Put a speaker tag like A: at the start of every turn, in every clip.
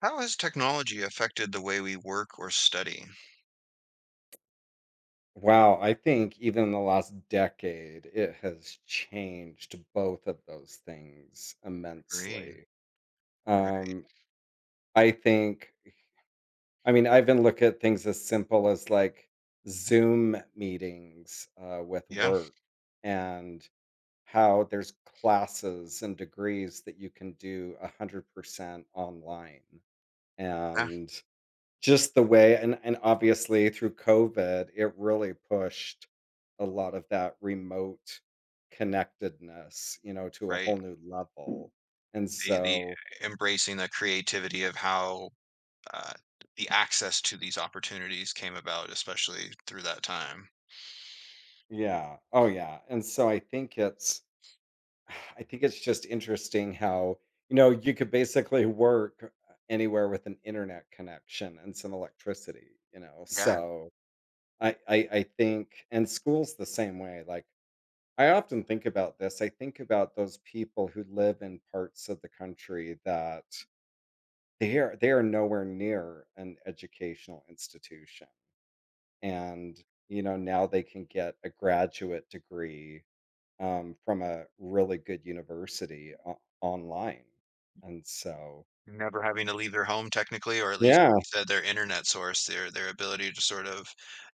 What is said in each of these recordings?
A: How has technology affected the way we work or study?
B: Wow, I think even in the last decade, it has changed both of those things
A: Agreed.
B: immensely.
A: Right.
B: Um, I think, I mean, I even look at things as simple as like Zoom meetings with
A: Yeah.
B: work and how there's classes and degrees that you can do 100% online.
A: Yeah.
B: And just the way and obviously through COVID, it really pushed a lot of that remote connectedness, you know, to a
A: Right.
B: whole new level, and
A: The
B: so
A: embracing the creativity of how uh, the access to these opportunities came about, especially through that time.
B: yeah. Oh, yeah, and so I think it's I think it's just interesting how, you know, you could basically work anywhere with an internet connection and some electricity, you know,
A: Yeah.
B: so I think, and school's the same way, like I often think about this. I think about those people who live in parts of the country that they are nowhere near an educational institution. And, you know, now they can get a graduate degree from a really good university online. And so,
A: Never having to leave their home technically, or at least
B: yeah,
A: like you said, their internet source, their ability to sort of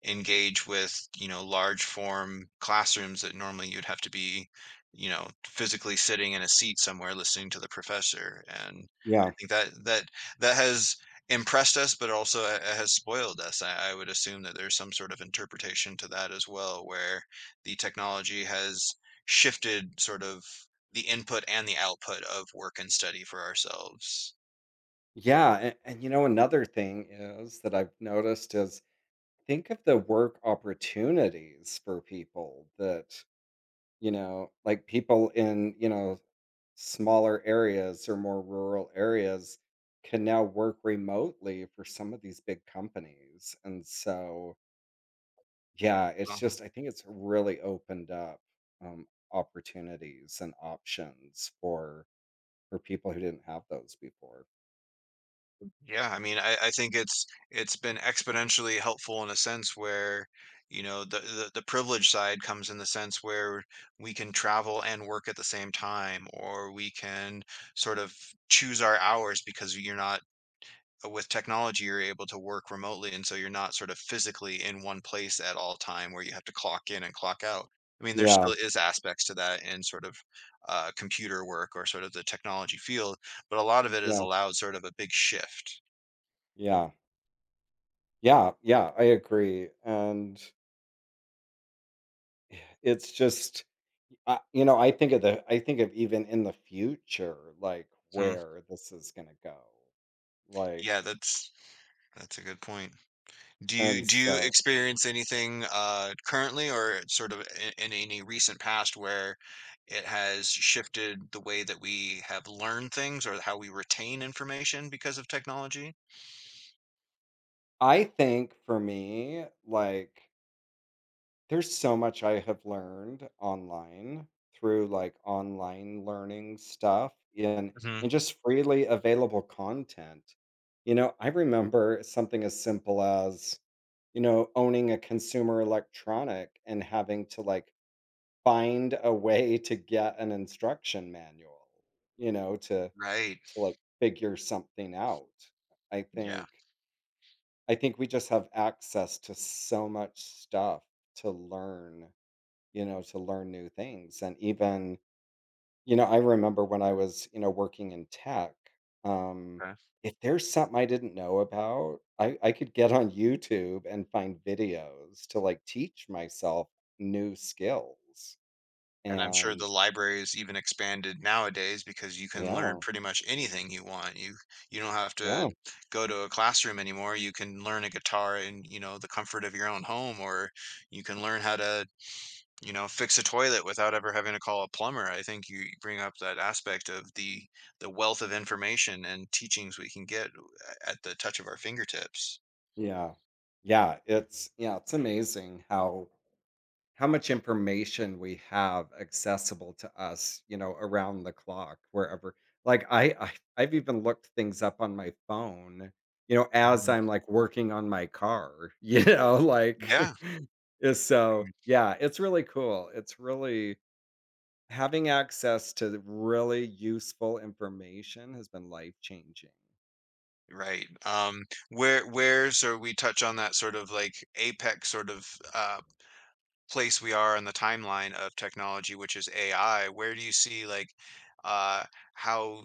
A: engage with, you know, large form classrooms that normally you'd have to be, you know, physically sitting in a seat somewhere listening to the professor. And I
B: yeah,
A: think that that has impressed us, but also has spoiled us. I would assume that there's some sort of interpretation to that as well, where the technology has shifted sort of the input and the output of work and study for ourselves.
B: yeah. You know, another thing is that I've noticed is think of the work opportunities for people that you know, like people in, you know, smaller areas or more rural areas can now work remotely for some of these big companies. And so, yeah, it's
A: uh
B: just, I think it's really opened up um, opportunities and options for people who didn't have those before.
A: Yeah, I mean, I think it's been exponentially helpful in a sense where, you know, the privilege side comes in the sense where we can travel and work at the same time, or we can sort of choose our hours because you're not with technology, you're able to work remotely, and so you're not sort of physically in one place at all time where you have to clock in and clock out. I mean, there still
B: Yeah,
A: is aspects to that in sort of computer work or sort of the technology field, but a lot of it has
B: yeah,
A: allowed sort of a big shift.
B: yeah, yeah, yeah. I agree, and it's just I you know, I think of the I think of even in the future, like,
A: Hmm.
B: where this is gonna go, like,
A: Yeah, that's a good point. Do you
B: and
A: do you
B: so
A: experience anything currently or sort of in any recent past where it has shifted the way that we have learned things or how we retain information because of technology?
B: I think for me, like, there's so much I have learned online through, like, online learning stuff
A: Mhm.
B: and just freely available content. You know, I remember something as simple as, you know, owning a consumer electronic and having to, like, find a way to get an instruction manual, you know,
A: Right.
B: to, like, figure something out. I
A: Yeah.
B: think I think we just have access to so much stuff to learn, you know, to learn new things, and even you know, I remember when I was, you know, working in tech, um,
A: Okay.
B: if there's something I didn't know about, I could get on YouTube and find videos to, like, teach myself new skills,
A: And I'm sure
B: and
A: the library is even expanded nowadays because you can learn
B: yeah.
A: pretty much anything you want. You don't have to
B: Yeah,
A: go to a classroom anymore. You can learn a guitar in, you know, the comfort of your own home, or you can learn how to, you know, fix a toilet without ever having to call a plumber. I think you bring up that aspect of the wealth of information and teachings we can get at the touch of our fingertips.
B: yeah, yeah. It's yeah, it's amazing how much information we have accessible to us, you know, around the clock, wherever. Like I've even looked things up on my phone, you know, as
A: Um,
B: I'm like working on my car, you know, like
A: yeah.
B: is so yeah, it's really cool. It's really having access to really useful information has been life changing.
A: Right. Where so we touch on that sort of, like, apex sort of, uh, place we are on the timeline of technology, which is AI. Where do you see, like, uh, how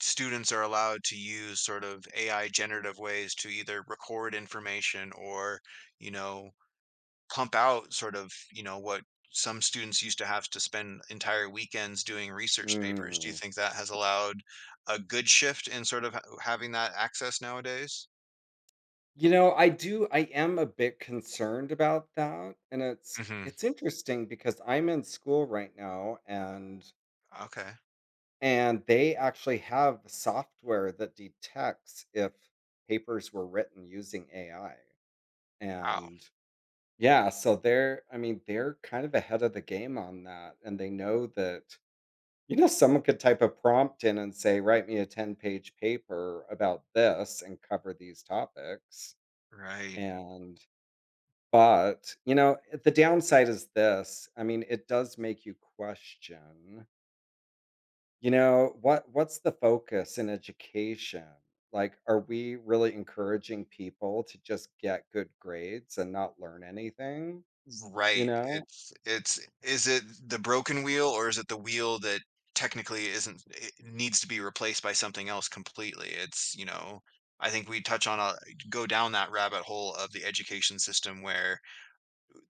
A: students are allowed to use sort of AI generative ways to either record information, or, you know, pump out sort of, you know, what some students used to have to spend entire weekends doing research papers? Do you think that has allowed a good shift in sort of ha having that access nowadays?
B: You know, I am a bit concerned about that, and it's
A: Hmm.
B: it's interesting because I'm in school right now
A: Okay.
B: and they actually have software that detects if papers were written using AI.
A: Wow.
B: And yeah, so they're I mean, they're kind of ahead of the game on that, and they know that you know, someone could type a prompt in and say, write me a 10-page paper about this and cover these topics.
A: Right.
B: And but, you know, the downside is this, I mean, it does make you question, you know, what what's the focus in education? Like, are we really encouraging people to just get good grades and not learn anything, you
A: Right.
B: know?
A: It's is it the broken wheel, or is it the wheel that technically isn't, it needs to be replaced by something else completely? It's, you know, I think we touch on a go down that rabbit hole of the education system where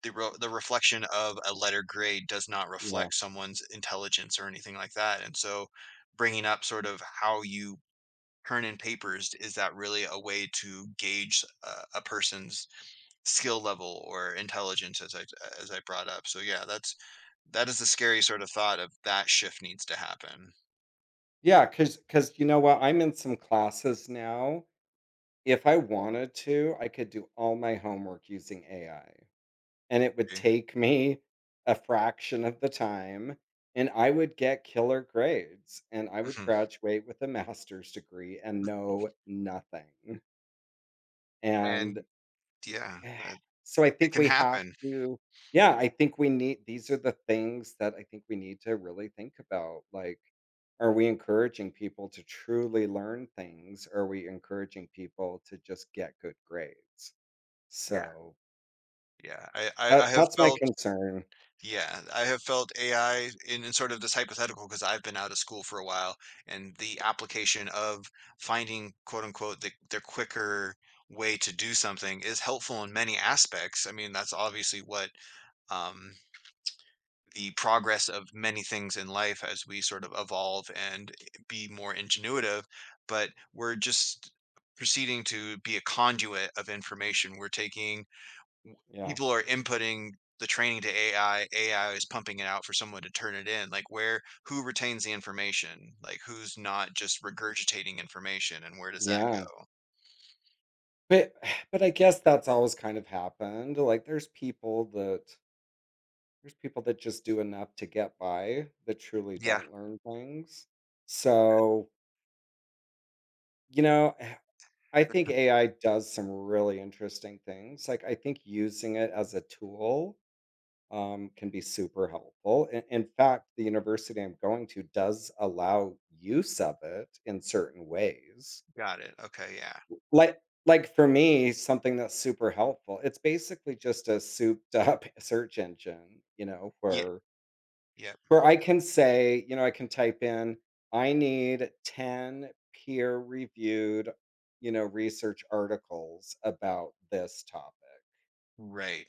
A: the reflection of a letter grade does not
B: Yeah.
A: reflect someone's intelligence or anything like that. And so bringing up sort of how you turn in papers, is that really a way to gauge a person's skill level or intelligence as I brought up. So yeah, that's that is the scary sort of thought of that shift needs to happen.
B: Yeah. Because you know what? I'm in some classes now. If I wanted to, I could do all my homework using AI, and it would
A: Yeah.
B: take me a fraction of the time, and I would get killer grades, and I would
A: Mhm.
B: graduate with a master's degree and know nothing, and
A: And yeah, that
B: so I
A: it
B: think
A: can
B: we have
A: happen.
B: to yeah, I think we need these are the things that I think we need to really think about, like, are we encouraging people to truly learn things? Or are we encouraging people to just get good grades?
A: Yeah.
B: So,
A: Yeah. I
B: that
A: have
B: that's my
A: felt
B: concern.
A: yeah, I have felt AI in sort of this hypothetical because I've been out of school for a while, and the application of finding quote unquote the quicker way to do something is helpful in many aspects. I mean, that's obviously what um the progress of many things in life as we sort of evolve and be more ingenuitive, but we're just proceeding to be a conduit of information. We're taking
B: Yeah.
A: people are inputting the training to AI, AI is pumping it out for someone to turn it in. Like where who retains the information? Like who's not just regurgitating information, and where does that
B: Yeah.
A: go?
B: But but I guess that's always kind of happened, like, there's people that just do enough to get by, that truly
A: Yeah,
B: don't learn things. So, you know, I think AI does some really interesting things, like, I think using it as a tool, can be super helpful, in fact, the university I'm going to does allow use of it in certain ways.
A: got it. Okay, yeah.
B: Like like, for me, something that's super helpful, it's basically just a souped up search engine, you know,
A: Yeah, yep.
B: where I can say, you know, I can type in, "I need 10 peer reviewed, you know, research articles about this topic,"
A: Right.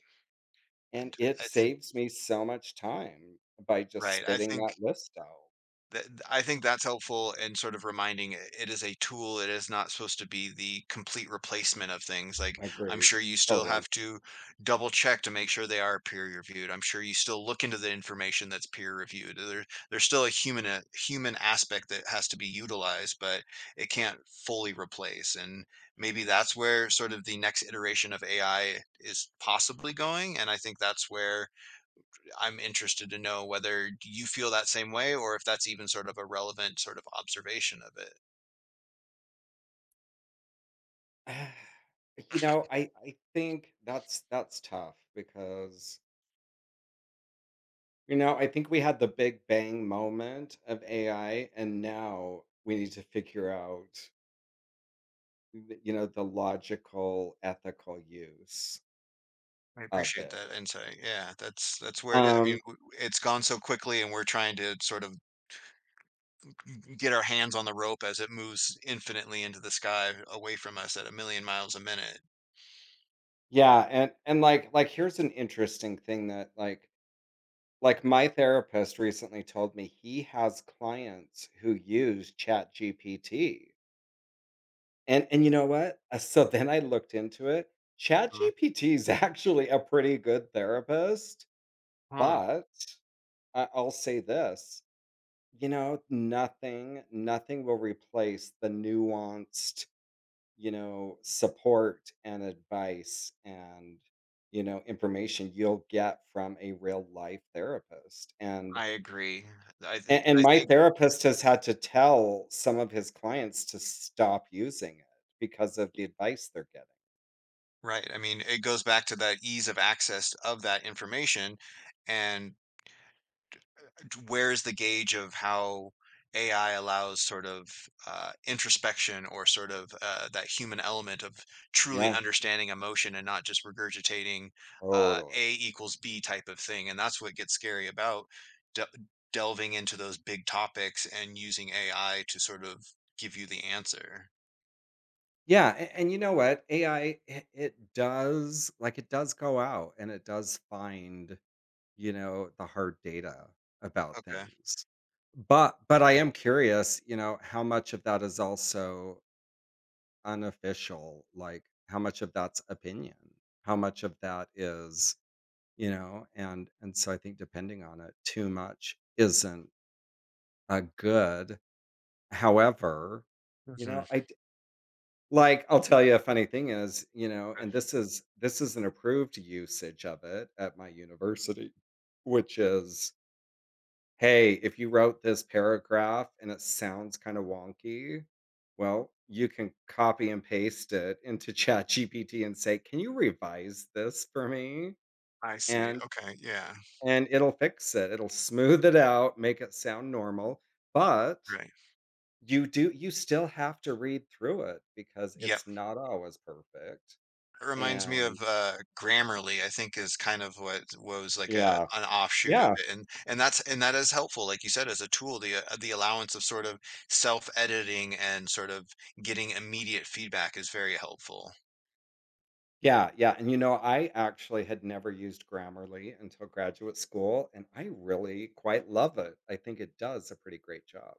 B: and
A: And
B: it
A: I think
B: saves me so much time by just
A: Right, I
B: spitting
A: think
B: that list out.
A: that I think that's helpful in sort of reminding it, it is a tool, it is not supposed to be the complete replacement of things, like, I'm
B: Agreed.
A: sure you still
B: Totally.
A: have to double check to make sure they are peer reviewed, I'm sure you still look into the information that's peer reviewed, there there's still a human aspect that has to be utilized, but it can't fully replace, and maybe that's where sort of the next iteration of AI is possibly going, and I think that's where I'm interested to know whether you feel that same way or if that's even sort of a relevant sort of observation of it.
B: You know, I think that's tough because you know, I think we had the big bang moment of AI, and now we need to figure out, you know, the logical, ethical use
A: I
B: of
A: appreciate
B: it.
A: that insight. Yeah, that's where it is. I mean,
B: Um,
A: it's gone so quickly, and we're trying to sort of get our hands on the rope as it moves infinitely into the sky away from us at a million miles a minute.
B: yeah, and like here's an interesting thing that like my therapist recently told me he has clients who use Chat GPT. And you know what? So then I looked into it. Chat
A: Uh-huh.
B: GPT is actually a pretty good therapist,
A: Huh.
B: but I'll say this, you know, nothing nothing will replace the nuanced, you know, support and advice and, you know, information you'll get from a real life therapist, and
A: I agree.
B: a and
A: I
B: my
A: think
B: therapist has had to tell some of his clients to stop using it because of the advice they're getting.
A: Right. I mean, it goes back to that ease of access of that information and where's the gauge of how AI allows sort of introspection or sort of that human element of truly
B: Yeah,
A: understanding emotion and not just regurgitating uh,
B: totally.
A: A equals B type of thing. And that's what gets scary about de- delving into those big topics and using AI to sort of give you the answer.
B: Yeah, a and you know what? AI, it does like, it does go out and it does find you know, the hard data about
A: Okay.
B: things. But I am curious, you know, how much of that is also unofficial, like how much of that's opinion, how much of that is, you know, and so I think depending on it, too much isn't a good. However, you
A: Hmm.
B: know, like I'll tell you a funny thing is, you know, and this is an approved usage of it at my university, which is "Hey, if you wrote this paragraph and it sounds kinda wonky, well, you can copy and paste it into ChatGPT and say, 'Can you revise this for me?'
A: I see.
B: And
A: Okay. Yeah.
B: and it'll fix it, it'll smooth it out, make it sound normal, but
A: Right.
B: you do you still have to read through it because
A: Yep.
B: it's not always perfect,
A: It reminds me
B: and
A: of, Grammarly, I think is kind of what was like a
B: yeah.
A: an offshoot of
B: Yeah.
A: it, and that is helpful, like you said, as a tool, the allowance of sort of self-editing and sort of getting immediate feedback is very helpful.
B: Yeah, yeah, and, you know, I actually had never used Grammarly until graduate school, and I really quite love it. I think it does a pretty great job.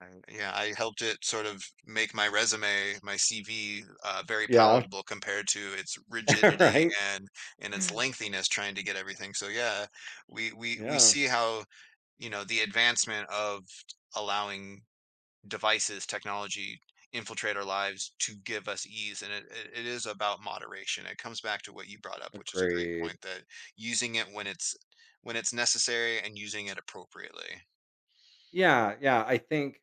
A: And, yeah, I helped it sort of make my resume, my CV, very
B: Yeah,
A: palatable compared to its rigidity
B: right?
A: and and its lengthiness trying to get everything, so yeah, we
B: Yeah,
A: see how, you know, the advancement of allowing devices, technology infiltrate our lives to give us ease. And it is about moderation. It comes back to what you brought up, which is a great point
B: agreed.
A: that using it when it's necessary and using it appropriately.
B: Yeah, yeah, I think,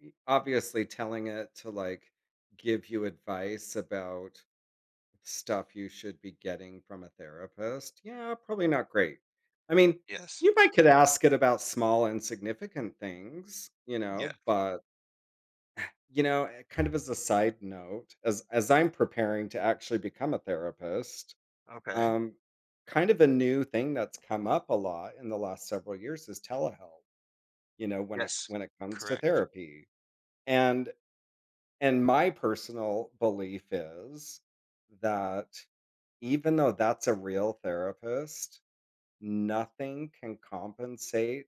B: e obviously, telling it to, like, give you advice about stuff you should be getting from a therapist, yeah, probably not great. I mean,
A: Yes.
B: you might could ask it about small, insignificant things, you
A: Yeah.
B: know, but you know, eh, kind of as a side note, as I'm preparing to actually become a therapist,
A: Okay.
B: um, kind of a new thing that's come up a lot in the last several years is telehealth, you know, when it
A: Yes.
B: when it comes to
A: Correct.
B: therapy. And and my personal belief is that even though that's a real therapist, nothing can compensate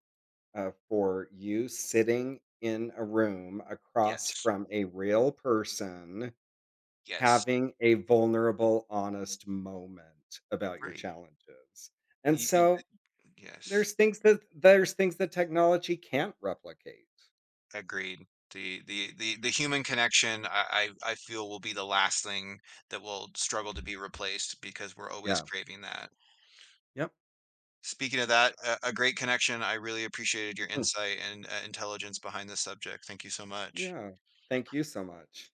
B: for you sitting in a room across
A: Yes.
B: from a real person
A: Yes.
B: having a vulnerable, honest moment about your
A: Great.
B: challenges. And
A: Y- y-
B: so
A: th- Yes.
B: there's things that technology can't replicate.
A: Agreed. The human connection, I feel will be the last thing that will struggle to be replaced because we're always
B: Yeah.
A: craving that.
B: Yep.
A: Speaking of that, a great connection. I really appreciated your
B: Mm.
A: insight and intelligence behind this subject. Thank you so much.
B: Yeah. Thank you so much.